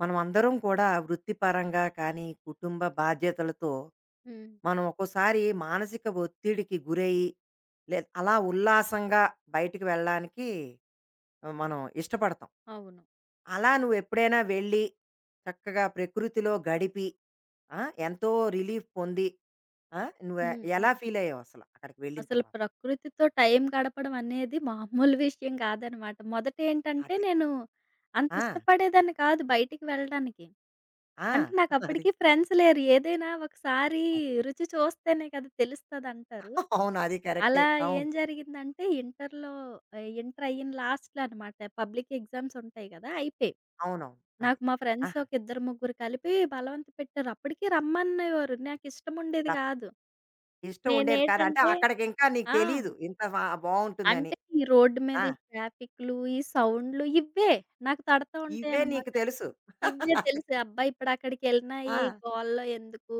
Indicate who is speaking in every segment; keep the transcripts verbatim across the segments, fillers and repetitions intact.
Speaker 1: మనం అందరం కూడా వృత్తిపరంగా కానీ కుటుంబ బాధ్యతలతో
Speaker 2: హ్మ్.
Speaker 1: మనం ఒక్కోసారి మానసిక ఒత్తిడికి గురయ్యి లే అలా ఉల్లాసంగా బయటికి వెళ్ళడానికి మనం ఇష్టపడతాం.
Speaker 2: అవును.
Speaker 1: అలా నువ్వు ఎప్పుడైనా వెళ్ళి చక్కగా ప్రకృతిలో గడిపి, ఆ, ఎంతో రిలీఫ్ పొంది, ఆ, నువ్వు ఎ-
Speaker 2: హ్మ్.
Speaker 1: ఎలా
Speaker 2: హ్మ్.
Speaker 1: ఫీల్ అయ్యావు అసలు అక్కడికి వెళ్ళిన
Speaker 2: అసలు
Speaker 1: తర్వాత?
Speaker 2: ప్రకృతితో టైం గడపడం అనేది మామూలు విషయం కాదనమాట. మొదట ఏంటంటే
Speaker 1: అది.
Speaker 2: నేను అంత
Speaker 1: ఆ!
Speaker 2: ఇష్టపడేదాన్ని కాదు బయటికి వెళ్ళడానికి.
Speaker 1: ఆ!
Speaker 2: అంటే
Speaker 1: అది
Speaker 2: నాకప్పటికి ఫ్రెండ్స్ లేరు. ఏదైనా ఒకసారి
Speaker 1: అది.
Speaker 2: రుచి చూస్తేనే కదా తెలుస్తదంటారు.
Speaker 1: అవును, అది కరెక్టే,
Speaker 2: అలా
Speaker 1: అవును.
Speaker 2: ఏం జరిగిందంటే ఇంటర్‌లో ఆహ్, ఇంటర్ అయిన లాస్ట్‌లో అనమాట పబ్లిక్ ఎగ్జామ్స్ ఉంటాయి కదా! అయిపోయాయి.
Speaker 1: అవునవును. అది.
Speaker 2: నాకు మా ఫ్రెండ్స్
Speaker 1: ఆహా.
Speaker 2: ఒక ఇద్దరు ముగ్గురు కలిపి బలవంత పెట్టారు. అప్పటికి రమ్మనేవారు. నాకిష్టముండేది కాదు.
Speaker 1: ఇష్టం ఉండేది కాదు. అంటే
Speaker 2: నేనేంటంటే
Speaker 1: అక్కడికింకా నీకు
Speaker 2: ఆ!
Speaker 1: తెలీదు ఇంత బా బావుంటుందని.
Speaker 2: అంటే ఈ రోడ్డు మీద
Speaker 1: ఆ!
Speaker 2: ఈ ట్రాఫిక్‌లు, ఈ సౌండ్‌లు ఇవ్వే నాకు తడతా
Speaker 1: ఇవే నీకు
Speaker 2: ఉంటాయనమాట.
Speaker 1: తెలుసు.
Speaker 2: ఇవ్వే
Speaker 1: అది.
Speaker 2: తెలుసు అబ్బా! ఇప్పుడక్కడికెళ్ళినా
Speaker 1: ఆ!
Speaker 2: ఈ గోలలో ఎందుకు?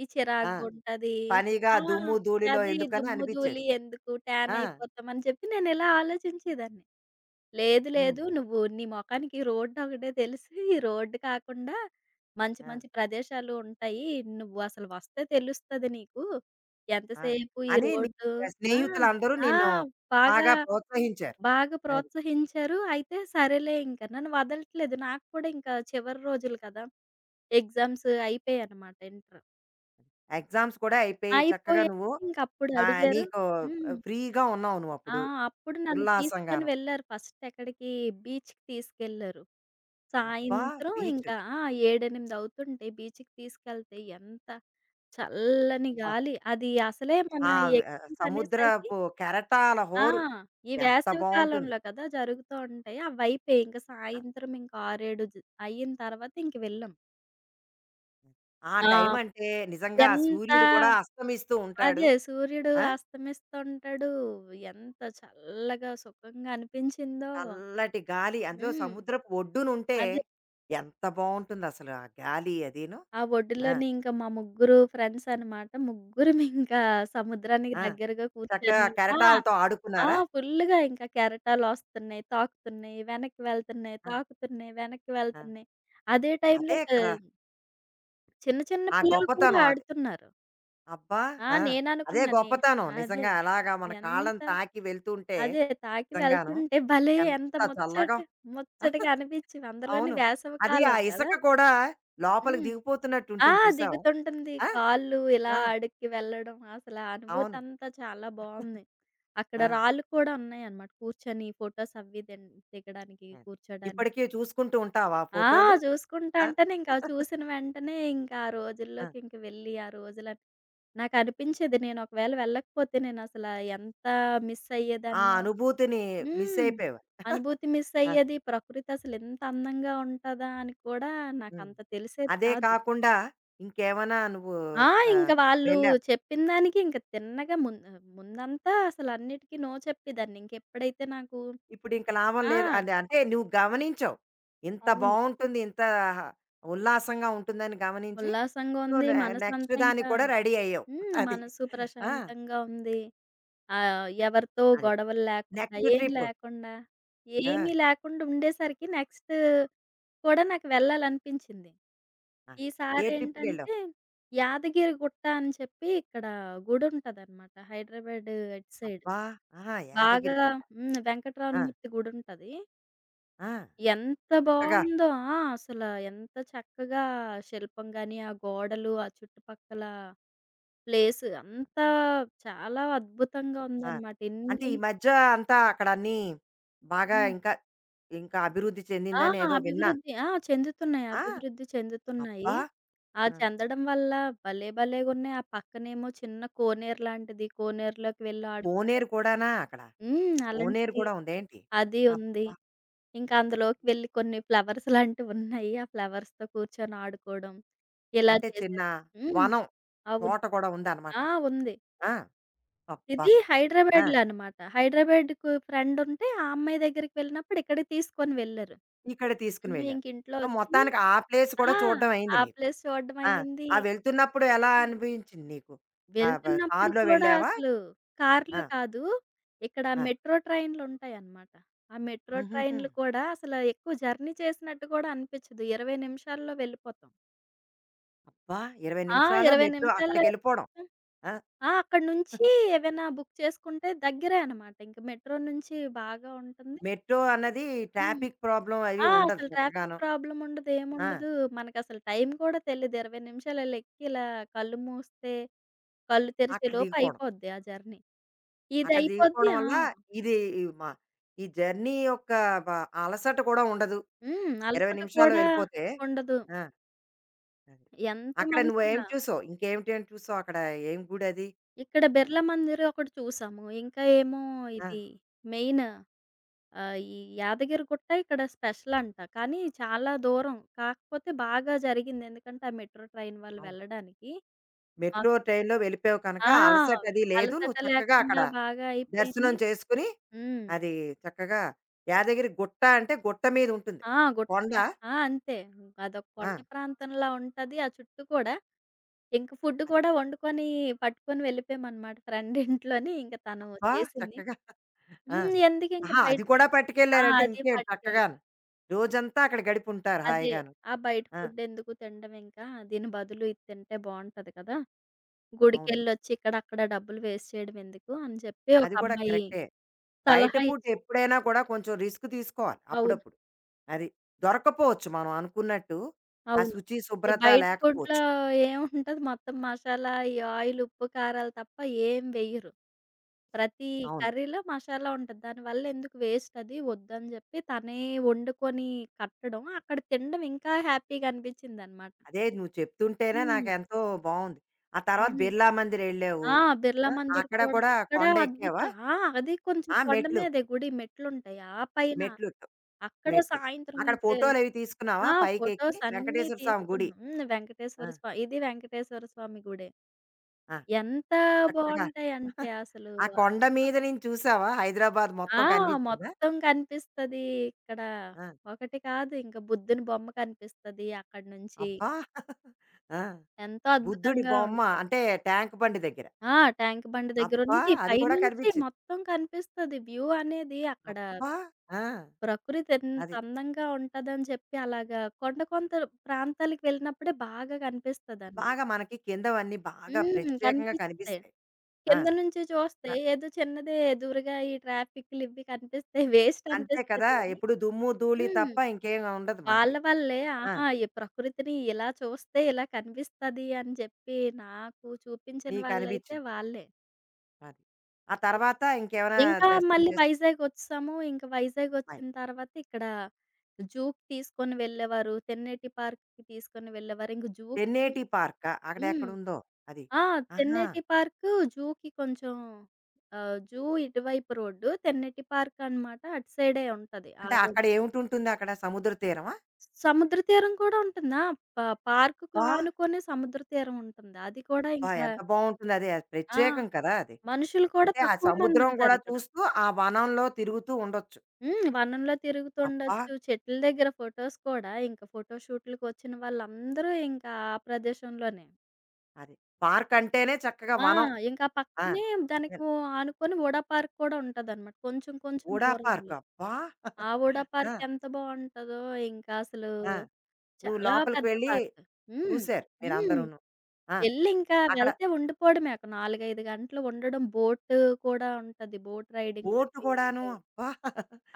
Speaker 2: ఈ
Speaker 1: ఆ!
Speaker 2: చిరాకుగుంటది.
Speaker 1: పనిగా
Speaker 2: ఆ!
Speaker 1: దుమ్ము, ధూళిలో
Speaker 2: అదే ఈ
Speaker 1: ఎందుకని
Speaker 2: దుమ్ము
Speaker 1: అనిపిచ్చేది.
Speaker 2: ధూళి ఎందుకు? ట్యాన్
Speaker 1: ఆ!
Speaker 2: అయిపోతాం అని చెప్పి నేనిలా ఆలోచించేదాన్ని. లేదు.
Speaker 1: హ్మ్.
Speaker 2: లేదు. నువ్వు నీ మొఖానికి రోడ్డొకటే తెలిసి, ఈ రోడ్డు కాకుండా మంచి
Speaker 1: ఆ!
Speaker 2: మంచి ప్రదేశాలు ఉంటాయి. నువ్వు అసలు వస్తే తెలుస్తది నీకు.
Speaker 1: ఆ!
Speaker 2: ఎంతసేపు ఈ
Speaker 1: అని నీ
Speaker 2: రోడ్డు? ఆ!
Speaker 1: స్నేహితులందరూ
Speaker 2: ఆ!
Speaker 1: నిన్ను
Speaker 2: బాగా,
Speaker 1: బాగా ప్రోత్సహించారు.
Speaker 2: బాగా
Speaker 1: అది.
Speaker 2: ప్రోత్సహించారు. అయితే సరేలే ఇంక నన్ను వదలట్లేదు. నాకు కూడా ఇంకా చివరి రోజులు కదా! Exams అయిపోయాయన్నమాట inter.
Speaker 1: ఎగ్జామ్స్ కూడా అయిపోయి చక్కగా
Speaker 2: అయిపోయాక
Speaker 1: నువ్వు,
Speaker 2: ఇంకప్పుడు
Speaker 1: ఆహ్,
Speaker 2: అడిగారు.
Speaker 1: నీకు,
Speaker 2: హ్మ్.
Speaker 1: ఆహ్, ఫ్రీగా ఉన్నావు
Speaker 2: ఆ!
Speaker 1: నువ్వప్పుడు.
Speaker 2: అప్పుడు నన్ను తీసుకొని
Speaker 1: ఉల్లాసంగాను.
Speaker 2: వెళ్లారు ఫస్ట్ ఎక్కడికి. బీచ్‌కి తీసుకెళ్లారు.
Speaker 1: అబ్బా!
Speaker 2: సాయంత్రం
Speaker 1: బీచ్.
Speaker 2: ఇంకా ఆ! ఏడు, ఎనిమిది అవుతుంటే బీచ్‌కి తీసుకెళ్తే ఎంత చల్లని
Speaker 1: అబ్బా!
Speaker 2: గాలి. అది అసలే మన
Speaker 1: ఆ! ఆహ్,
Speaker 2: ఎగ్జామ్స్ అనేసరికి
Speaker 1: సముద్రపు కెరటాల
Speaker 2: ఆ!
Speaker 1: హోరు.
Speaker 2: ఈ
Speaker 1: ఎంత
Speaker 2: వేసవి
Speaker 1: బావుంటుంది.
Speaker 2: కాలంలో కదా జరుగుతూ ఉంటాయి! అవైపోయి ఇంక సాయంత్రం ఇంకా ఆరు, ఏడు జ అయిన తర్వాత ఇంక వెళ్ళం.
Speaker 1: ఆ
Speaker 2: ఆ!
Speaker 1: టైం అంటే నిజంగా ఆ
Speaker 2: ఎంత!
Speaker 1: సూర్యుడు కూడా అస్తమిస్తూ ఉంటాడు.
Speaker 2: అదే సూర్యుడు
Speaker 1: ఆ!
Speaker 2: అస్తమిస్తుంటాడు. ఎంత చల్లగా సుఖంగా అనిపించిందో.
Speaker 1: చల్లటి గాలి అందులో
Speaker 2: హ్మ్.
Speaker 1: సముద్రపు ఒడ్డున ఉంటే
Speaker 2: అదే.
Speaker 1: ఎంత బావుంటుంది అసలు ఆ గాలి అదీను.
Speaker 2: ఆ
Speaker 1: ఆ!
Speaker 2: ఒడ్డులోనే ఇంకా మా ముగ్గురు ఫ్రెండ్స్ అనమాట. ముగ్గురమింకా సముద్రానికి
Speaker 1: ఆ!
Speaker 2: దగ్గరగా
Speaker 1: చక్కగా
Speaker 2: కూర్చొని ఆ!
Speaker 1: కెరటాలతో
Speaker 2: ఆ!
Speaker 1: ఆడుకున్నారా?
Speaker 2: ఫుల్లుగా ఇంకా కెరటాలొస్తున్నాయి, తాకుతున్నాయి, వెనక్కి వెళ్తున్నాయి,
Speaker 1: ఆ!
Speaker 2: తాకుతున్నాయి, వెనక్కి
Speaker 1: ఆ!
Speaker 2: వెళ్తున్నాయి. అదే టైంలో
Speaker 1: అదే
Speaker 2: ఇంకా
Speaker 1: కదా!
Speaker 2: చిన్న చిన్న
Speaker 1: ఆ
Speaker 2: పిల్లలు కూడా
Speaker 1: గొప్పతనం అది.
Speaker 2: ఆడుతున్నారు.
Speaker 1: అబ్బా!
Speaker 2: ఆ!
Speaker 1: ఆ! అదే
Speaker 2: నేననుకున్నానే
Speaker 1: గొప్పతనం
Speaker 2: అదే.
Speaker 1: నిజంగా అలాగా మన
Speaker 2: ఎంత!
Speaker 1: కాళ్ళని తాకి వెళ్తుంటే.
Speaker 2: అదే తాకి
Speaker 1: నిజంగాను.
Speaker 2: వెళ్తుంటే భలే ఎంత
Speaker 1: ఎంత
Speaker 2: ముచ్చట
Speaker 1: చల్లగా.
Speaker 2: ముచ్చటగా అనిపిచ్చింది. అందులోని
Speaker 1: అవును.
Speaker 2: వేసవి
Speaker 1: అది ఆ
Speaker 2: కాలం
Speaker 1: ఇసక
Speaker 2: కదా!
Speaker 1: కూడా లోపలికి
Speaker 2: హ్మ్.
Speaker 1: దిగిపోతున్నట్టు
Speaker 2: ఆ!
Speaker 1: ఉంటుంది చూసావా?
Speaker 2: దిగుతుంటుంది.
Speaker 1: ఆ!
Speaker 2: కాళ్ళు ఇలా
Speaker 1: ఆ!
Speaker 2: అడుక్కి వెళ్ళడం అసలు ఆ అనుభూతి
Speaker 1: అవును.
Speaker 2: అంతా చాలా బావుంది. అక్కడ
Speaker 1: ఆ!
Speaker 2: రాళ్ళు కూడా ఉన్నాయన్నమాట. కూర్చొని ఫోటోస్ అవి దిన్ దిగడానికి,
Speaker 1: అది.
Speaker 2: కూర్చోడానికి.
Speaker 1: ఇప్పటికి చూసుకుంటూ ఉంటావా ఆ
Speaker 2: ఆ!
Speaker 1: ఫోటోలు?
Speaker 2: చూసుకుంటా
Speaker 1: ఆ!
Speaker 2: ఉంటేనే ఇంకా చూసిన వెంటనే ఇంకా ఆ
Speaker 1: ఆ!
Speaker 2: రోజుల్లోకి ఇంక వెళ్ళి ఆ రోజులని నాకనిపించేది నేను ఒకవేళ వెళ్ళకపోతే నేనసలా ఎంత మిస్
Speaker 1: ఆ
Speaker 2: అయ్యేదాన్నో.
Speaker 1: అనుభూతిని మిస్
Speaker 2: హ్మ్.
Speaker 1: అయిపోయావు.
Speaker 2: అనుభూతి మిస్
Speaker 1: ఆ!
Speaker 2: అయ్యేది. ప్రకృతి అసలు ఇంత అందంగా ఉంటదా అని కూడా
Speaker 1: హ్మ్.
Speaker 2: నాకంత తెలిసేది
Speaker 1: అదే
Speaker 2: కాదు.
Speaker 1: కాకుండా ఇంకేమైనా నువ్వు,
Speaker 2: ఆ! ఇంక
Speaker 1: ఆహ్,
Speaker 2: వాళ్ళు
Speaker 1: వెళ్ళావు.
Speaker 2: చెప్పిన దానికి ఇంక తిన్నగా ముందు ముందంతా అసలన్నిటికి నో చెప్పేదాన్ని. ఇంకెప్పుడైతే నాకు
Speaker 1: ఇప్పుడు ఇంక లాభం లేదు.
Speaker 2: ఆ!
Speaker 1: అది అంటే నువ్వు గమనించావు. ఇంత
Speaker 2: అవును.
Speaker 1: బావుంటుంది, ఇంత ఉల్లాసంగా ఉంటుందని గమనించి
Speaker 2: ఉల్లాసంగా
Speaker 1: నువ్వు
Speaker 2: ఉంది.
Speaker 1: నె నెక్స్ట్
Speaker 2: మనసంతా
Speaker 1: దానికి
Speaker 2: ఇంకా
Speaker 1: కూడా రెడీ అయ్యావు.
Speaker 2: హ్మ్.
Speaker 1: అది.
Speaker 2: మనసు
Speaker 1: ఆ!
Speaker 2: ప్రశాంతంగా ఉంది. ఆహ్, ఎవరితో
Speaker 1: అదే.
Speaker 2: గొడవలు లేకుండా,
Speaker 1: నెక్స్ట్
Speaker 2: ఏం
Speaker 1: ట్రిప్.
Speaker 2: లేకుండా,
Speaker 1: ఆ!
Speaker 2: ఏమీ లేకుండా ఉండేసరికి నెక్స్ట్ కూడా నాకు వెళ్ళాలనిపించింది.
Speaker 1: ఆ! ఏ ట్రిప్‌కెళ్ళావు?
Speaker 2: ఈసారేంటంటే యాదగిరిగుట్ట అని చెప్పి ఇక్కడ గుడుంటదనమాట హైదరాబాద్ ఇటు సైడ్.
Speaker 1: అబ్బా! ఆహా!
Speaker 2: బాగా
Speaker 1: యాదగిరిగుట్ట.
Speaker 2: హ్మ్.
Speaker 1: ఆ!
Speaker 2: వెంకటరమణమూర్తి గుడుంటది.
Speaker 1: ఆ!
Speaker 2: ఎంత
Speaker 1: చక్కగా.
Speaker 2: బావుందో! ఆ! అసల ఎంత చక్కగా శిల్పం గాని, ఆ గోడలు, ఆ చుట్టుపక్కల ప్లేస్ అంతా చాలా అద్భుతంగా
Speaker 1: ఆ!
Speaker 2: ఉందనమాట.
Speaker 1: అంటే
Speaker 2: ఎన్ని!
Speaker 1: ఈ మధ్య అంతా అక్కడ అన్నీ బాగా
Speaker 2: హ్మ్.
Speaker 1: ఇంకా, ఇంకా అభివృద్ధి
Speaker 2: ఆ!
Speaker 1: చెందిందని ఏదో విన్నాను.
Speaker 2: అభివృద్ధి ఆ! చెందుతున్నాయి.
Speaker 1: ఆ!
Speaker 2: అభివృద్ధి
Speaker 1: అబ్బా!
Speaker 2: చెందుతున్నాయి. ఆ
Speaker 1: ఆ!
Speaker 2: చెందడం వల్ల భలే భలేగున్నాయి. ఆ పక్కనేమో చిన్న కోనేరు లాంటిది. కోనేరులోకి వెళ్ళి
Speaker 1: కోనేరు
Speaker 2: ఆడుకోవడానికి
Speaker 1: కూడానా అక్కడ?
Speaker 2: హ్మ్.
Speaker 1: కోనేరు
Speaker 2: అలాంటిది
Speaker 1: కూడా ఉందేంటి?
Speaker 2: అది ఉంది.
Speaker 1: అబ్బా!
Speaker 2: ఇంకా అందులోకి వెళ్ళి కొన్ని ఫ్లవర్స్ లాంటివున్నాయి. ఆ ఫ్లవర్స్‌తో కూర్చొని ఆడుకోవడం, ఇలా
Speaker 1: అంటే చిన్న
Speaker 2: చేసేది. హ్మ్.
Speaker 1: వనం,
Speaker 2: అవును.
Speaker 1: తోట కూడా ఉందనమాట.
Speaker 2: ఆ! ఉంది.
Speaker 1: ఆ! అబ్బా!
Speaker 2: ఇది
Speaker 1: ఆ!
Speaker 2: హైదరాబాద్‌లో అన్నమాట. హైదరాబాద్‌కు ఫ్రెండుంటే ఆ అమ్మాయి దగ్గరికి వెళ్ళినప్పుడు ఇక్కడికి తీసుకొని వెళ్లారు.
Speaker 1: ఇక్కడ తీసుకుని
Speaker 2: హ్మ్.
Speaker 1: వెళ్ళావు.
Speaker 2: ఇంక ఇంట్లో
Speaker 1: సో,
Speaker 2: వచ్చి
Speaker 1: మొత్తానికి ఆ ప్లేస్ కూడా
Speaker 2: ఆ!
Speaker 1: చూడడం అయింది
Speaker 2: ఆ
Speaker 1: నీకు.
Speaker 2: ప్లేస్ చూడడం
Speaker 1: ఆ!
Speaker 2: అయింది.
Speaker 1: ఆ వెళ్తున్నప్పుడు ఎలా అనిపించింది నీకు? ఆ! బ
Speaker 2: వెళ్తున్నప్పుడు
Speaker 1: కారులో
Speaker 2: కూడా
Speaker 1: వెళ్ళావా?
Speaker 2: అసలు కార్‌లో
Speaker 1: ఆ!
Speaker 2: కాదు, ఇక్కడ
Speaker 1: ఆ!
Speaker 2: మెట్రో ట్రైన్‌లుంటాయన్నమాట. ఆ మెట్రో
Speaker 1: హుహుహు.
Speaker 2: ట్రైన్‌లు కూడా అసలు ఎక్కువ జర్నీ చేసినట్టు కూడా అనిపించదు. ఇరవై నిమిషాల్లో వెళ్ళిపోతాం.
Speaker 1: అబ్బా! ఇరవై
Speaker 2: ఆ!
Speaker 1: నిమిషాల్లో
Speaker 2: ఇరవై
Speaker 1: మెట్రో
Speaker 2: నిమిషాల్లో
Speaker 1: అక్కడికెళ్ళిపోవడం. ఆ!
Speaker 2: ఆ! అక్కడి నుంచి ఏవైనా బుక్ చేసుకుంటే దగ్గరే అనమాట. ఇంక మెట్రో నుంచి బాగా ఉంటుంది.
Speaker 1: మెట్రో అన్నది
Speaker 2: హ్మ్.
Speaker 1: ట్రాఫిక్ ప్రాబ్లమ్ అవి
Speaker 2: ఆ!
Speaker 1: ఉండదు
Speaker 2: అసలు ట్రాఫిక్
Speaker 1: చక్కగాను.
Speaker 2: ప్రాబ్లమ్ ఉండదు.
Speaker 1: ఆ!
Speaker 2: ఏముండదు. మనకసలు టైం కూడా తెలీదు. ఇరవై నిమిషాలు ఇలా ఎక్కి ఇలా కళ్ళు మూస్తే, కళ్ళు
Speaker 1: అక్కడ
Speaker 2: తెరిచేలోపు
Speaker 1: దిగిపోవడం.
Speaker 2: అయిపోద్ది ఆ జర్నీ. ఇది
Speaker 1: అక్కడ
Speaker 2: అయిపోద్ది
Speaker 1: దిగిపోవడం
Speaker 2: ఆ!
Speaker 1: వల్ల ఇది మ ఈ జర్నీ యొక్క వ అలసట కూడా ఉండదు.
Speaker 2: హ్మ్.
Speaker 1: ఇరవై
Speaker 2: అలసట
Speaker 1: నిమిషాల్లో
Speaker 2: కూడా
Speaker 1: వెళ్ళిపోతే.
Speaker 2: ఉండదు.
Speaker 1: ఆ! అది.
Speaker 2: ఎంత
Speaker 1: అక్కడ నువ్వేం
Speaker 2: మంచిగా!
Speaker 1: చూసావు? ఇంకేమిటేమి చూసావు అక్కడ? ఏం గుడది?
Speaker 2: ఇక్కడ
Speaker 1: అది.
Speaker 2: బిర్లా మందిర్ ఒకటి చూసాము. ఇంకా ఏమో
Speaker 1: అది? ఆ!
Speaker 2: ఇది మెయిన్. ఆ! ఈ యాదగిరిగుట్ట ఇక్కడ స్పెషలంట. కానీ చాలా దూరం. కాకపోతే బాగా జరిగింది. ఎందుకంటే ఆ మెట్రో ట్రైన్ వాళ్ళు
Speaker 1: అవును.
Speaker 2: వెళ్ళడానికి.
Speaker 1: మెట్రో
Speaker 2: మాకు
Speaker 1: ట్రైన్‌లో వెళ్ళిపోయావు కనుక
Speaker 2: ఆ!
Speaker 1: అలసట అది లేదు.
Speaker 2: అలసట
Speaker 1: నువ్వు చక్కగా అక్కడ
Speaker 2: లేకుండా బాగా
Speaker 1: దర్శనం
Speaker 2: అయిపోయింది.
Speaker 1: చేసుకొని,
Speaker 2: హ్మ్.
Speaker 1: అది, చక్కగా యాదగిరి గుట్ట అంటే గుట్ట మీద ఉంటుంది.
Speaker 2: ఆ! గుట్ట
Speaker 1: కొండ.
Speaker 2: మీద ఆ! అంతే. అదొక
Speaker 1: ఆ!
Speaker 2: కొండ ప్రాంతంలా ఉంటది. ఆ చుట్టూ కూడా. ఇంక ఫుడ్ కూడా వండుకొని పట్టుకొని వెళ్ళిపోయామనమాట ఫ్రెండ్ ఇంట్లోని. ఇంక తను
Speaker 1: అబ్బా!
Speaker 2: చేసింది.
Speaker 1: చక్కగా. ఆ!
Speaker 2: హ్మ్. ఎందుకింక
Speaker 1: ఆహా!
Speaker 2: బయట
Speaker 1: అది కూడా
Speaker 2: ఆ!
Speaker 1: పట్టుకెళ్లారంటే
Speaker 2: అది
Speaker 1: ఇంకేం
Speaker 2: పట్టుకెళ్ళాం.
Speaker 1: చక్కగాను. రోజంతా అక్కడ గడిపుంటారు
Speaker 2: అదే.
Speaker 1: హాయిగాను.
Speaker 2: ఆ బయట
Speaker 1: ఆ!
Speaker 2: ఫుడ్డెందుకు తినడం ఇంకా, దీని బదులు ఇది తింటే బావుంటది కదా!
Speaker 1: అవును,
Speaker 2: గుడికెళ్ళొచ్చి ఇక్కడక్కడ డబ్బులు వేస్ట్ చేయడం ఎందుకు అని చెప్పి ఒక
Speaker 1: అది కూడా
Speaker 2: అమ్మాయి
Speaker 1: కరెక్టే. బయట
Speaker 2: సలహా
Speaker 1: ఫుడ్
Speaker 2: ఇచ్చి
Speaker 1: ఎప్పుడైనా కూడా కొంచెం రిస్క్ తీసుకోవాలి
Speaker 2: అవును.
Speaker 1: అప్పుడప్పుడు. అది. దొరకపోవచ్చు మనం అనుకున్నట్టు. ఆ
Speaker 2: అవును.
Speaker 1: శుచి,
Speaker 2: ఈ
Speaker 1: శుభ్రత
Speaker 2: బయట ఫుడ్‌లో
Speaker 1: లేకపోవచ్చు.
Speaker 2: ఏముంటది మొత్తం మసాలా, ఈ ఆయిల్, ఉప్పు, కారాలు తప్ప ఏం వెయ్యరు. ప్రతి
Speaker 1: అవును.
Speaker 2: కర్రీలో మసాలా ఉంటది. దానివల్ల ఎందుకు వేస్ట్ అది వద్దని చెప్పి తనే వండుకొని కట్టడం, అక్కడ తినడం ఇంకా హ్యాపీగా అనిపించిందనమాట.
Speaker 1: అదే నువ్వు చెప్తుంటేనే
Speaker 2: హ్మ్.
Speaker 1: నాకెంతో బావుంది. ఆ తర్వాత
Speaker 2: హ్మ్.
Speaker 1: బిర్లా మందిరెళ్ళావు.
Speaker 2: ఆ! బిర్లా
Speaker 1: ఆ!
Speaker 2: మందిర్
Speaker 1: అక్కడ
Speaker 2: కూడా
Speaker 1: కూడా
Speaker 2: అక్కడ
Speaker 1: కొండ ఎక్కావా?
Speaker 2: అద్భుతం. ఆ! అది కొంచెం
Speaker 1: ఆ!
Speaker 2: కొండ
Speaker 1: మెట్లు.
Speaker 2: మీదే గుడి మెట్లుంటాయి. ఆ పైన
Speaker 1: మెట్లు ఎక్కావు.
Speaker 2: అక్కడ
Speaker 1: మెట్లు.
Speaker 2: సాయంత్రం
Speaker 1: అక్కడ
Speaker 2: అయితే
Speaker 1: ఫోటోలవి తీసుకున్నావా
Speaker 2: ఆ!
Speaker 1: పైకెక్కి?
Speaker 2: ఫోటోస్ అన్నీ
Speaker 1: వెంకటేశ్వర స్వామి గుడి.
Speaker 2: తీసుకున్నాం. హ్మ్.
Speaker 1: ఆ!
Speaker 2: వెంకటేశ్వర స్వా ఇది వెంకటేశ్వర స్వామి గుడే.
Speaker 1: ఆ!
Speaker 2: ఎంత
Speaker 1: చక్కగా.
Speaker 2: బావుంటాయంటే అసలు
Speaker 1: ఆ కొండ
Speaker 2: అద్భుతం.
Speaker 1: మీద నుంచి చూసావా? హైదరాబాద్
Speaker 2: ఆ!
Speaker 1: మొత్తం కనిపించిందా?
Speaker 2: మొత్తం కనిపిస్తది. ఇక్కడ
Speaker 1: ఆ!
Speaker 2: ఒకటి కాదు ఇంక బుద్ధుని బొమ్మ కనిపిస్తది అక్కడి నుంచి.
Speaker 1: అబ్బా! ఆ!
Speaker 2: ఎంతో
Speaker 1: బుద్ధుడి
Speaker 2: అద్భుతంగా
Speaker 1: బొమ్మ
Speaker 2: ఉంటది.
Speaker 1: అంటే ట్యాంక్ బండ్ దగ్గర.
Speaker 2: ఆ! ట్యాంక్ బండ్
Speaker 1: అబ్బా!
Speaker 2: దగ్గరున్నది.
Speaker 1: అది కూడా
Speaker 2: పైనుంచి
Speaker 1: కనిపించింది.
Speaker 2: మొత్తం కనిపిస్తది వ్యూ అనేది అక్కడ.
Speaker 1: అబ్బా! ఆ!
Speaker 2: ప్రకృతి ఎంత
Speaker 1: అది.
Speaker 2: అందంగా ఉంటదని చెప్పి అలాగా కొండ కొంత ప్రాంతాలకు వెళ్ళినప్పుడే బాగా కనిపిస్తదనమాట.
Speaker 1: బాగా మనకి కిందవన్నీ బాగా
Speaker 2: హ్మ్.
Speaker 1: ప్రత్యేకంగా
Speaker 2: కనిపిస్తాయి.
Speaker 1: కనిపిస్తాయి. ఆ!
Speaker 2: కింద నుంచి చూస్తే
Speaker 1: అ
Speaker 2: ఏదో చిన్నదే దూరగా ఈ ట్రాఫిక్‌లివి కనిపిస్తాయి. వేస్ట్
Speaker 1: అంతే కదా!
Speaker 2: అనిపిస్తది గానీ
Speaker 1: ఎప్పుడు దుమ్ము, ధూళి
Speaker 2: హ్మ్.
Speaker 1: తప్ప ఇంకేమి ఉండదు
Speaker 2: వాళ్ళ
Speaker 1: మనకి.
Speaker 2: వల్లే
Speaker 1: ఆ!
Speaker 2: ఆహా! ఈ ప్రకృతిని ఇలా చూస్తే ఇలా కనిపిస్తది అని చెప్పి నాకు చూపించిన వాళ్ళైతే
Speaker 1: నీకనిపించింది.
Speaker 2: వాళ్ళే.
Speaker 1: అది. ఆ తర్వాత ఇంకేమైనా
Speaker 2: ఇంకా
Speaker 1: దర్శనం
Speaker 2: మళ్ళీ వైజాగొచ్చేసాము. ఇంక
Speaker 1: చేసుకున్నాయి.
Speaker 2: వైజాగొచ్చిన తర్వాత ఇక్కడ జూకి తీసుకొని వెళ్ళేవారు. తెన్నేటి పార్క్‌కి తీసుకొని వెళ్ళేవారు. ఇంక జూకి
Speaker 1: 'తెన్నేటి పార్కా?'
Speaker 2: హ్మ్.
Speaker 1: అక్కడెక్కడుందో అది.
Speaker 2: ఆ!
Speaker 1: ఆహా!
Speaker 2: తెన్నేటి పార్క్, జూకి కొంచెం ఆహ్, జూ ఇటువైపు రోడ్డు. తెన్నేటి పార్క్ అనమాట అటు సైడే ఉంటది. ఆ
Speaker 1: అంటే
Speaker 2: రోడ్
Speaker 1: అక్కడ ఏమిటుంటుంది అక్కడ? సముద్ర తీరమా?
Speaker 2: సముద్ర తీరం కూడా ఉంటుందా? ప పార్క్‌కు
Speaker 1: అబ్బా!
Speaker 2: ఆనుకొని సముద్ర తీరం ఉంటుంది. అది కూడా
Speaker 1: అబ్బా!
Speaker 2: ఇంకా
Speaker 1: ఎంత బావుంటుందది. అది అది
Speaker 2: ఆ!
Speaker 1: ప్రత్యేకం కదా! అది.
Speaker 2: మనుషులు కూడా
Speaker 1: అంటే ఆ
Speaker 2: తక్కువ
Speaker 1: సముద్రం గూడా
Speaker 2: మందుంటారిక్కడ.
Speaker 1: చూస్తూ, ఆ వనంలో తిరుగుతూ ఉండొచ్చు.
Speaker 2: హ్మ్. వనంలో
Speaker 1: అబ్బా!
Speaker 2: తిరుగుతుండొచ్చు. చెట్ల దగ్గర ఫోటోస్ కూడా ఇంక ఫోటో షూట్‌లకొచ్చిన వాళ్ళందరూ ఇంకా ఆ ప్రదేశంలోనే.
Speaker 1: అది. పార్క్ అంటేనే చక్కగా
Speaker 2: ఆ!
Speaker 1: వనం.
Speaker 2: ఇంకా
Speaker 1: ఆ!
Speaker 2: పక్కనే దానికి
Speaker 1: ఎన్
Speaker 2: ఓ ఆనుకొని హుడా పార్క్ కూడా ఉంటదనమాట. కొంచెం కొంచెం
Speaker 1: 'హుడా
Speaker 2: దూరంలో.
Speaker 1: పార్క్'. అబ్బా!
Speaker 2: ఆ హుడా
Speaker 1: ఆ!
Speaker 2: పార్క్ ఎంత బావుంటదో! ఇంకా అసలు
Speaker 1: ఆ! నువ్వు
Speaker 2: చాలా
Speaker 1: లోపలికి
Speaker 2: పెద్ద
Speaker 1: వెళ్ళి
Speaker 2: పార్క్. హ్మ్.
Speaker 1: చూసారు
Speaker 2: హ్మ్.
Speaker 1: మీరందరూను. ఆ!
Speaker 2: వెళ్లింకా
Speaker 1: అక్కడ
Speaker 2: వెళ్తే ఉండిపోవడమే. ఒక నాలుగు, ఐదు గంటలు ఉండడం. బోటు కూడా ఉంటది. బోట్
Speaker 1: బోటు
Speaker 2: రైడింగ్‌లవి
Speaker 1: కూడాను.
Speaker 2: ఉంటాయి.
Speaker 1: అబ్బా!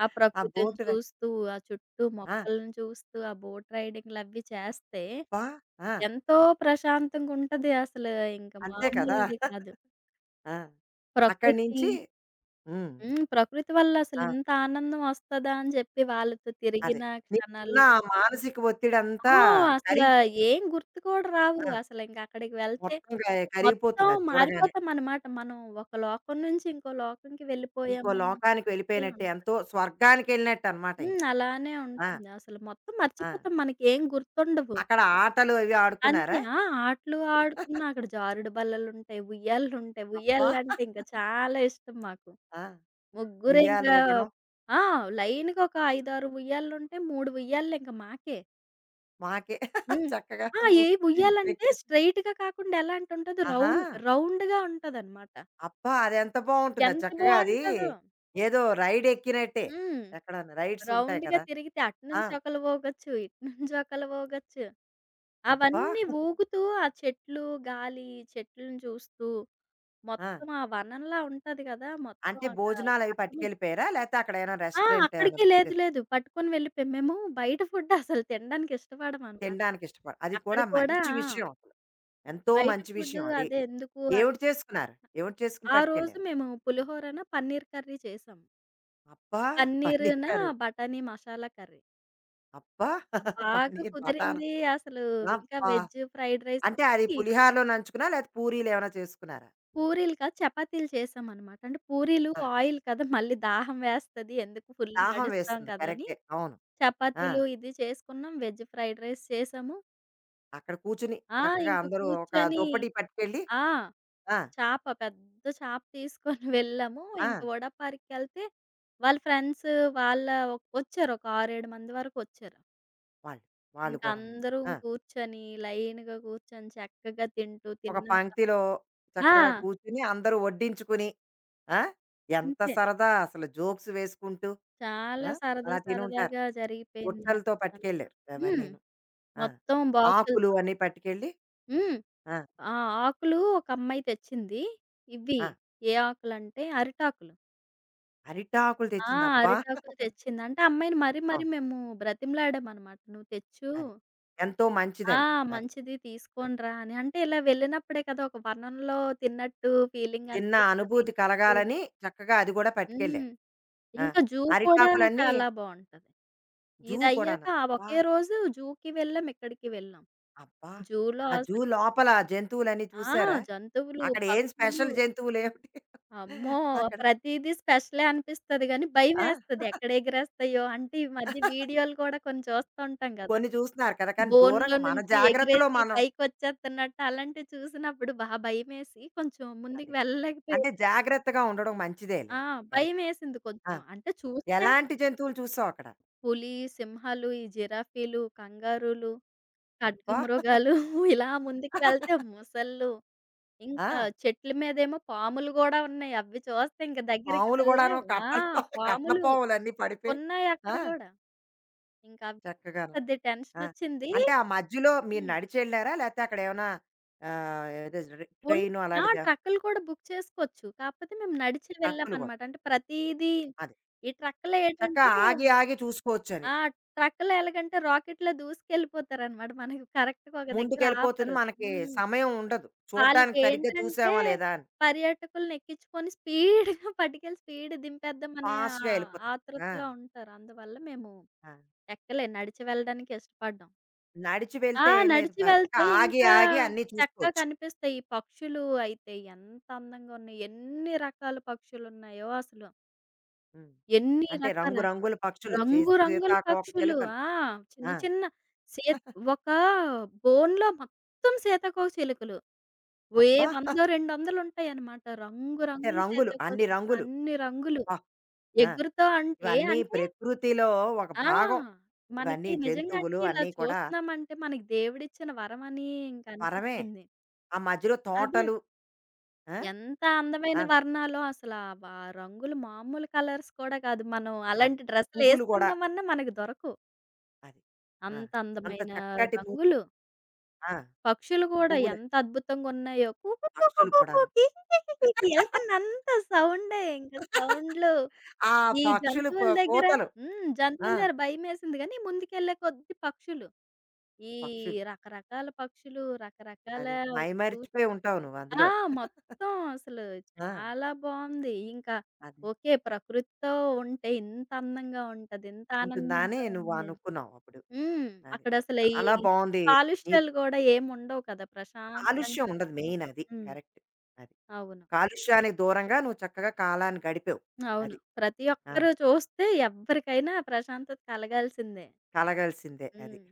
Speaker 2: ఆ
Speaker 1: ఆ
Speaker 2: ప్రకృతిని
Speaker 1: బోటు రై
Speaker 2: చూస్తూ, ఆ చుట్టూ
Speaker 1: ఆ!
Speaker 2: మొక్కలను చూస్తూ, ఆ బోట్ రైడింగ్‌లవి చేస్తే
Speaker 1: అబ్బా! ఆ!
Speaker 2: ఎంతో ప్రశాంతంగుంటది అసలు. ఇంక
Speaker 1: అంతే కదా!
Speaker 2: మామూలుది కాదు.
Speaker 1: ఆ! అక్కడి
Speaker 2: ప్రకృతి
Speaker 1: నుంచి. హ్మ్.
Speaker 2: హ్మ్. ప్రకృతి వల్ల
Speaker 1: ఆ!
Speaker 2: అసలింత ఆనందం వస్తదా అని చెప్పి వాళ్ళతో
Speaker 1: అదే.
Speaker 2: తిరిగిన
Speaker 1: నీకున్న
Speaker 2: క్షణాల్లో
Speaker 1: ఆ మానసిక ఒత్తిడంతా
Speaker 2: ఆ! అసల
Speaker 1: కరిగిపోతుంది.
Speaker 2: ఏం గుర్తు కూడా రావు.
Speaker 1: ఆ!
Speaker 2: అసలింక అక్కడికి వెళ్తే
Speaker 1: మొత్తం క
Speaker 2: మొత్తం
Speaker 1: కరిగిపోతుంది అది చూడగానే.
Speaker 2: మారిపోతామనమాట. మనం ఒక లోకం నుంచి ఇంకో లోకంకి
Speaker 1: ఇంకో
Speaker 2: వెళ్ళిపోయామా
Speaker 1: లోకానికి
Speaker 2: అన్నట్టే
Speaker 1: వెళ్ళిపోయినట్టే,
Speaker 2: ఉంటది.
Speaker 1: ఎంతో స్వర్గానికెళ్ళినట్టనమాట ఇంక.
Speaker 2: హ్మ్. అలానే
Speaker 1: ఆ!
Speaker 2: ఉంటుంది. అసలు మొత్తం
Speaker 1: ఆ!
Speaker 2: మర్చిపోతాం. మనకేం గుర్తుండవు.
Speaker 1: అక్కడ ఆటలు అవి ఆడుకున్నారా?
Speaker 2: అంతే. ఆ! ఆటలు ఆడుకున్నా అక్కడ జారుడు బల్లలుంటాయి, ఉయ్యాలలుంటాయి.
Speaker 1: అబ్బా!
Speaker 2: ఉయ్యాలంటే ఇంకా చాలా ఇష్టం మాకు.
Speaker 1: ఆ!
Speaker 2: ముగ్గురు ఇంకా
Speaker 1: ఉయ్యాలూగడం.
Speaker 2: ఆ! లైన్‌గా ఒక ఐదు, ఆరు ఉయ్యాలలుంటే మూడు ఉయ్యాలలు ఇంక మాకే.
Speaker 1: మాకే.
Speaker 2: హ్మ్.
Speaker 1: చక్కగా
Speaker 2: ఆ!
Speaker 1: నువ్వు
Speaker 2: ఏ ఉయ్యాలంటే
Speaker 1: పెట్టేసి.
Speaker 2: స్ట్రెయిట్‌గా కాకుండా ఎలా అంటే ఉంటది
Speaker 1: ఆహా!
Speaker 2: రౌండ్ రౌండ్‌గా ఉంటదనమాట.
Speaker 1: అబ్బా! అదెంత బావుంటుందో
Speaker 2: ఎంత
Speaker 1: చక్కగా అది.
Speaker 2: బావుంటదో!
Speaker 1: ఏదో రైడ్ ఎక్కినట్టే.
Speaker 2: హ్మ్.
Speaker 1: ఎక్కడన్నా రైడ్స్ ఉంటాయి
Speaker 2: రౌండ్‌గా
Speaker 1: కదా!
Speaker 2: తిరిగితే అటు
Speaker 1: ఆ!
Speaker 2: నుంచి ఒకలు ఊగొచ్చు, ఇటు నుంచి ఒకలు ఊగొచ్చు.
Speaker 1: అబ్బా!
Speaker 2: అవన్నీ ఊగుతూ ఆ చెట్లు, గాలి, చెట్లను చూస్తూ
Speaker 1: ఆ!
Speaker 2: మొత్తం ఆ వనంలా ఉంటది గదా! మొత్తం
Speaker 1: అంటే
Speaker 2: ఒక
Speaker 1: భోజనాలవి
Speaker 2: అర్థమే
Speaker 1: పట్టుకెళ్ళిపోయారా? లేతే అక్కడేమైనా
Speaker 2: ఆ!
Speaker 1: రెస్టారెంట్ ఏమైనా
Speaker 2: అక్కడికి
Speaker 1: బుక్
Speaker 2: లేదు
Speaker 1: చేసి
Speaker 2: లేదు. పట్టుకొని వెళ్ళిపోయాం. మేము బయట ఫుడ్ అసలు తినడానికి ఇష్టపడమనమాట.
Speaker 1: తినడానికి ఇష్టపడ అది
Speaker 2: అక్కడ
Speaker 1: కూడా
Speaker 2: కూడా
Speaker 1: మంచి
Speaker 2: ఆ!
Speaker 1: విషయం అసలు. ఎంతో
Speaker 2: బయట
Speaker 1: మంచి
Speaker 2: ఫుడ్
Speaker 1: విషయం అది.
Speaker 2: అదే ఎందుకు అని
Speaker 1: ఏవిటి చేసుకున్నారు? ఏవిటి చేసుకొని
Speaker 2: ఆ రోజు
Speaker 1: పట్టుకెళ్ళారు?
Speaker 2: మేము పులిహోరన, పన్నీర్ కర్రీ చేసాం.
Speaker 1: అబ్బా! పన్నీర్
Speaker 2: పన్నీరున
Speaker 1: కర్రీ.
Speaker 2: బటానీ మసాలా కర్రీ.
Speaker 1: అబ్బా!
Speaker 2: బాగా
Speaker 1: పన్నీర్ బటానా.
Speaker 2: కుదిరింది. అసలు ఇంకా
Speaker 1: అబ్బా!
Speaker 2: వెజ్ ఫ్రైడ్ రైస్
Speaker 1: అంటే అది
Speaker 2: ఒకటి,
Speaker 1: పులిహారలో నంచుకున్నా? లేతే పూరీలేమైనా చేసుకున్నారా?
Speaker 2: పూరీలు కాదు చపాతీలు చేసామనమాట. అంటే పూరీలు
Speaker 1: ఆహా!
Speaker 2: ఆయిల్ కదా! మళ్ళీ దాహం వేస్తది. ఎందుకు ఫుల్
Speaker 1: దాహం
Speaker 2: నడుస్తాం
Speaker 1: వేస్తుంది.
Speaker 2: కదా అని.
Speaker 1: కరెక్టే. అవును. ఆ!
Speaker 2: చపాతీలు ఇది చేసుకున్నాం. వెజ్ ఫ్రైడ్ రైస్ చేసాము.
Speaker 1: అక్కడ కూర్చుని
Speaker 2: ఆ!
Speaker 1: చక్కగా
Speaker 2: ఇంక
Speaker 1: అందరూ ఒక
Speaker 2: కూర్చొని
Speaker 1: దుప్పటి పట్టుకెళ్ళి.
Speaker 2: ఆ!
Speaker 1: ఆ!
Speaker 2: చేప పెద్ద చేప తీసుకొని వెళ్ళాము.
Speaker 1: ఆ!
Speaker 2: ఇంక వడపార్క్‌కెళ్తే వాళ్ళ ఫ్రెండ్స్ వాళ్ళ ఒక- వచ్చారు. ఒక ఆరు, ఏడు మంది వరకు వచ్చారు.
Speaker 1: వాళ్ళు. వాళ్ళు
Speaker 2: ఇంక
Speaker 1: కూడాను.
Speaker 2: అందరం
Speaker 1: ఆ!
Speaker 2: కూర్చొని లైన్‌గా కూర్చొని చక్కగా తింటూ
Speaker 1: ఒక
Speaker 2: తిన్నాక
Speaker 1: పంక్తిలో
Speaker 2: ఆ!
Speaker 1: చక్కగా కూర్చుని అందరూ వడ్డించుకుని. ఆ! ఎంత
Speaker 2: అంతే.
Speaker 1: సరదా అసలు జోక్స్ వేసుకుంటూ. ఆ!
Speaker 2: చాలా సరదా
Speaker 1: అలా తినుంటారు.
Speaker 2: సరదాగా జరిగిపోయింది
Speaker 1: బుట్టలతో
Speaker 2: అదంతా.
Speaker 1: పట్టుకెళ్ళారు
Speaker 2: హ్మ్.
Speaker 1: అవన్నీను. ఆ!
Speaker 2: మొత్తం
Speaker 1: ఆకులు
Speaker 2: బాక్సులతో.
Speaker 1: అన్నీ పట్టుకెళ్ళి.
Speaker 2: హ్మ్.
Speaker 1: ఆ!
Speaker 2: ఆ! ఆకులు ఒక అమ్మాయి తెచ్చింది. ఇవి
Speaker 1: ఆ!
Speaker 2: ఏ ఆకులంటే అరిటాకులు.
Speaker 1: అరిటాకులు
Speaker 2: ఆ!
Speaker 1: తెచ్చింది. అబ్బా!
Speaker 2: అరిటాకులు తెచ్చింది. అంటే ఆ అమ్మాయిని మరీ మరీ
Speaker 1: అవును.
Speaker 2: మేము బ్రతిమలాడామనమాట. "నువ్వు తెచ్చు
Speaker 1: అది. ఎంతో
Speaker 2: ఆ!
Speaker 1: మంచిదని. అది.
Speaker 2: మంచిది
Speaker 1: ఆ!
Speaker 2: తీసుకొని రా" అని. అంటే ఇలా వెళ్ళినప్పుడే కదా ఒక వనంలో తిన్నట్టు ఫీలింగ్
Speaker 1: తిన్న
Speaker 2: అనిపిస్తది.
Speaker 1: అనుభూతి
Speaker 2: చుట్టూ
Speaker 1: కలగాలని చక్కగా అది కూడా పట్టుకెళ్ళారు.
Speaker 2: హ్మ్.
Speaker 1: ఆ!
Speaker 2: ఇంకా జూ కూడా
Speaker 1: అరిటాకులన్నీ.
Speaker 2: చాలా బావుంటది.
Speaker 1: జూ
Speaker 2: ఇదయ్యాక
Speaker 1: కూడానా?
Speaker 2: ఆ
Speaker 1: అబ్బా!
Speaker 2: ఒకే రోజు జూకి వెళ్ళాం, ఇక్కడికి వెళ్ళాం.
Speaker 1: అబ్బా!
Speaker 2: జూలో
Speaker 1: ఆ జూ
Speaker 2: అసలు
Speaker 1: లోపల ఆ జంతువులన్నీ
Speaker 2: ఆ!
Speaker 1: చూసారా?
Speaker 2: జంతువులు,
Speaker 1: అక్కడ ఏం
Speaker 2: పక్షులు
Speaker 1: స్పెషల్ జంతువులేమిటి?
Speaker 2: అమ్మో!
Speaker 1: అక్కడ.
Speaker 2: ప్రతీదీ స్పెషలే అనిపిస్తది గానీ,
Speaker 1: ఆ!
Speaker 2: భయమేస్తది ఎక్కడ ఎగిరేస్తాయో. అంటే ఈ మధ్య వీడియోలు కూడా కొన్ని చూస్తా ఉంటాం గదా!
Speaker 1: కొన్ని చూస్తున్నారు కదా! కానీ
Speaker 2: బోన్‌లో
Speaker 1: దూరంగా మన
Speaker 2: నుంచి
Speaker 1: జాగ్రత్తలో
Speaker 2: ఎగిరేసి
Speaker 1: మనం.
Speaker 2: పైకొచ్చేత్తన్నట్టు అలాంటివి చూసినప్పుడు బా భయమేసి కొంచెం ముందుకు
Speaker 1: అదే.
Speaker 2: వెళ్ళలేకపోయా.
Speaker 1: అంటే జాగ్రత్తగా ఉండడం మంచిదేలే.
Speaker 2: ఆ!
Speaker 1: కరెక్ట్.
Speaker 2: భయమేసింది
Speaker 1: ఆ!
Speaker 2: కొంచెం. అంటే చూసా
Speaker 1: ఎలాంటి జంతువులు చూసావు అక్కడ?
Speaker 2: పులి, సింహాలు, ఈ జిరాఫీలు, కంగారులు,
Speaker 1: అబ్బా!
Speaker 2: ఖడ్గమృగాలు ఇలా ముందుకు వెళ్తే మొసళ్ళు,
Speaker 1: ఆ!
Speaker 2: ఇంకా చెట్ల మీదేమో పాములు గూడా ఉన్నాయి. అవి చూస్తే ఇంక దగ్గరికి
Speaker 1: పాములు కూడాను
Speaker 2: వెళ్ళలేం. ఆ!
Speaker 1: కట్టలు పాములు కట్ల
Speaker 2: పాములు
Speaker 1: పాములన్నీ పడిపోయి.
Speaker 2: ఉన్నాయి అక్కడ
Speaker 1: ఆ!
Speaker 2: గూడా. ఇంకవి
Speaker 1: చక్కగాను.
Speaker 2: పెద్ద
Speaker 1: ఆ!
Speaker 2: టెన్షనొచ్చింది.
Speaker 1: అంటే ఆ మధ్యలో మీరు
Speaker 2: హ్మ్.
Speaker 1: నడిచెళ్లారా? లేతే అక్కడేమన్నా, ఆహ్, ఏదో ర్
Speaker 2: ఉన్
Speaker 1: ట్రైను
Speaker 2: ఆ!
Speaker 1: అలాంటిదా?
Speaker 2: ట్రక్కులు కూడా బుక్ చేసుకోవచ్చు. కాకపోతే మేము నడిచి
Speaker 1: ట్రక్కులు గూడా.
Speaker 2: వెళ్ళామనమాట. అంటే ప్రతీదీ
Speaker 1: అదే.
Speaker 2: ఈ ట్రక్కులో
Speaker 1: చక్కగా
Speaker 2: ఏంటంటే
Speaker 1: ఆగి ఆగి చూసుకోవచ్చని.
Speaker 2: ఆ! ట్రక్కులో ఎలాగంటే రాకెట్‌లా దూసుకెళ్ళిపోతారనమాట. మనకి కరెక్ట్‌గా ఒక దగ్గర
Speaker 1: ముందుకెళ్ళిపోతుంది.
Speaker 2: ఆపరు.
Speaker 1: మనకి
Speaker 2: హ్మ్.
Speaker 1: సమయం ఉండదు. చూడ్డానికి సరిగ్గా
Speaker 2: వాళ్ళకేంటంటే
Speaker 1: చూసామా లేదా అని.
Speaker 2: పర్యాటకులనెక్కించుకొని స్పీడ్‌గా పట్టుకెళ్ళి స్పీడ్ దింపేద్దామనే ఆ
Speaker 1: ఫాస్ట్‌గా ఎళ్ళిపోతాయి. ఆ!
Speaker 2: ఆతృతలో ఉంటారు. అందువల్ల మేము
Speaker 1: ఆ!
Speaker 2: ఎక్కలే. నడిచి వెళ్ళడానికే ఇష్టపడ్డాం.
Speaker 1: నడిచి
Speaker 2: ఆ!
Speaker 1: వెళ్తే ఏం లేదు.
Speaker 2: నడిచి
Speaker 1: బా- చక్కగా
Speaker 2: వెళ్తే
Speaker 1: ఆగి
Speaker 2: ఇంకా
Speaker 1: ఆగి అన్నీ
Speaker 2: చక్కగా
Speaker 1: చూసుకోవచ్చు.
Speaker 2: కనిపిస్తాయి. ఈ పక్షులు అయితే ఎంత అందంగా ఉన్నాయి. ఎన్ని రకాల పక్షులున్నాయో అసలు.
Speaker 1: హ్మ్.
Speaker 2: ఎన్ని
Speaker 1: అంటే
Speaker 2: రకాల
Speaker 1: రంగు రంగుల పక్షులు. చే
Speaker 2: రంగు రంగుల పక్షులు.
Speaker 1: సీతాకోకచిలుకలు.
Speaker 2: ఆ! చిన్న
Speaker 1: ఆ!
Speaker 2: చిన్న సీత ఒక బోన్‌లో మొత్తం సీతాకోకచిలుకలు. ఏ
Speaker 1: అబ్బా!
Speaker 2: వంద, రెండు వందలు ఉంటాయన్నమాట. రంగు
Speaker 1: అంటే
Speaker 2: రంగుల
Speaker 1: రంగులు. అన్ని
Speaker 2: సీతాకోకచిలుకలు.
Speaker 1: రంగులు.
Speaker 2: అన్ని రంగులు.
Speaker 1: అబ్బా! ఆ!
Speaker 2: ఎగురుతా అంటే
Speaker 1: ఇవన్నీ
Speaker 2: అంటే
Speaker 1: ప్రకృతిలో ఒక
Speaker 2: ఆ!
Speaker 1: భాగం. ఇవన్నీ
Speaker 2: మనకి నిజంగా
Speaker 1: జంతువులు
Speaker 2: అంటే ఇలా
Speaker 1: అన్నీ కూడా
Speaker 2: చూస్తున్నామంటే మనకి దేవుడిచ్చిన వరం అని ఇంక
Speaker 1: వరమే.
Speaker 2: అనిపించింది.
Speaker 1: ఆ మధ్యలో
Speaker 2: అదే.
Speaker 1: తోటలు. ఆ!
Speaker 2: ఎంత
Speaker 1: ఆ!
Speaker 2: అందమైన వర్ణాలో అసలా వా రంగులు మామూలు కలర్స్ కూడా కాదు. మనం
Speaker 1: అది.
Speaker 2: అలాంటి
Speaker 1: పువ్వులు గూడా.
Speaker 2: డ్రెస్సులేసుకుందామన్నా మనకు దొరకవు.
Speaker 1: అది. ఆ!
Speaker 2: అంత
Speaker 1: అంత
Speaker 2: అందమైన
Speaker 1: చక్కటి పువ్వు.
Speaker 2: రంగులు.
Speaker 1: ఆ!
Speaker 2: పక్షులు గూడా
Speaker 1: పువ్వులు,
Speaker 2: ఎంత అద్భుతంగున్నాయో. కుకు కుకు
Speaker 1: పక్షులు
Speaker 2: కుకు
Speaker 1: కూడాను.
Speaker 2: కికి కికి కికి ఎళ్తున్నంత సౌండే ఇంక సౌండ్లు.
Speaker 1: ఆ
Speaker 2: ఈ
Speaker 1: పక్షులు ప
Speaker 2: జంతువుల దగ్గర
Speaker 1: కోతలు.
Speaker 2: హ్మ్.
Speaker 1: ఆ!
Speaker 2: జంతువుల దగ్గర భయమేసింది గానీ, ముందుకెళ్ళే కొద్దీ పక్షులు. ఈ
Speaker 1: పక్షులు.
Speaker 2: రకరకాల పక్షులు, రకరకాల
Speaker 1: అదే. మైమరిచిపోయి
Speaker 2: చూసి
Speaker 1: ఉంటావు నువ్వు అందులో.
Speaker 2: ఆ! మొత్తం అసలు
Speaker 1: ఆ!
Speaker 2: చాలా బావుంది. ఇంకా
Speaker 1: అదే.
Speaker 2: ఓకే. ప్రకృతితో ఉంటే ఇంత అందంగా ఉంటది. ఇంత
Speaker 1: ఉంటుందా అని
Speaker 2: ఆనందంగా
Speaker 1: నువ్వు
Speaker 2: ఉంది అని.
Speaker 1: అనుకున్నావు అప్పుడు.
Speaker 2: హ్మ్.
Speaker 1: అది.
Speaker 2: అక్కడసలు ఈ
Speaker 1: చాలా బావుంది. నీ
Speaker 2: కాలుష్యాలు గూడా ఏముండవు కదా!
Speaker 1: కాలుష్యం
Speaker 2: ప్రశాంతంగా
Speaker 1: ఉండదు మెయిన్ అది.
Speaker 2: హ్మ్.
Speaker 1: కరెక్ట్. అది.
Speaker 2: అవును.
Speaker 1: కాలుష్యానికి దూరంగా నువ్వు చక్కగా కాలాన్ని గడిపావు.
Speaker 2: అవును.
Speaker 1: అది.
Speaker 2: ప్రతి
Speaker 1: ఆ!
Speaker 2: ఒక్కరు చూస్తే ఎవ్వరికైనా ప్రశాంతత కలగాల్సిందే.
Speaker 1: కలగాల్సిందే అది.
Speaker 2: హ్మ్.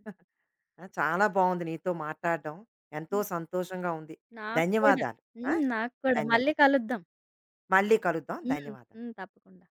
Speaker 1: ఆ! చాలా బావుంది నీతో మాట్లాడడం. ఎంతో సంతోషంగా ఉంది.
Speaker 2: నాకు కూడా.
Speaker 1: ధన్యవాదాలు. ఆ!
Speaker 2: హ్మ్. నాకు కూడా. మళ్ళీ
Speaker 1: ధన్యవాదాలు.
Speaker 2: కలుద్దాం.
Speaker 1: మళ్ళీ కలుద్దాం.
Speaker 2: హ్మ్.
Speaker 1: ధన్యవాదాలు.
Speaker 2: హ్మ్. తప్పకుండా.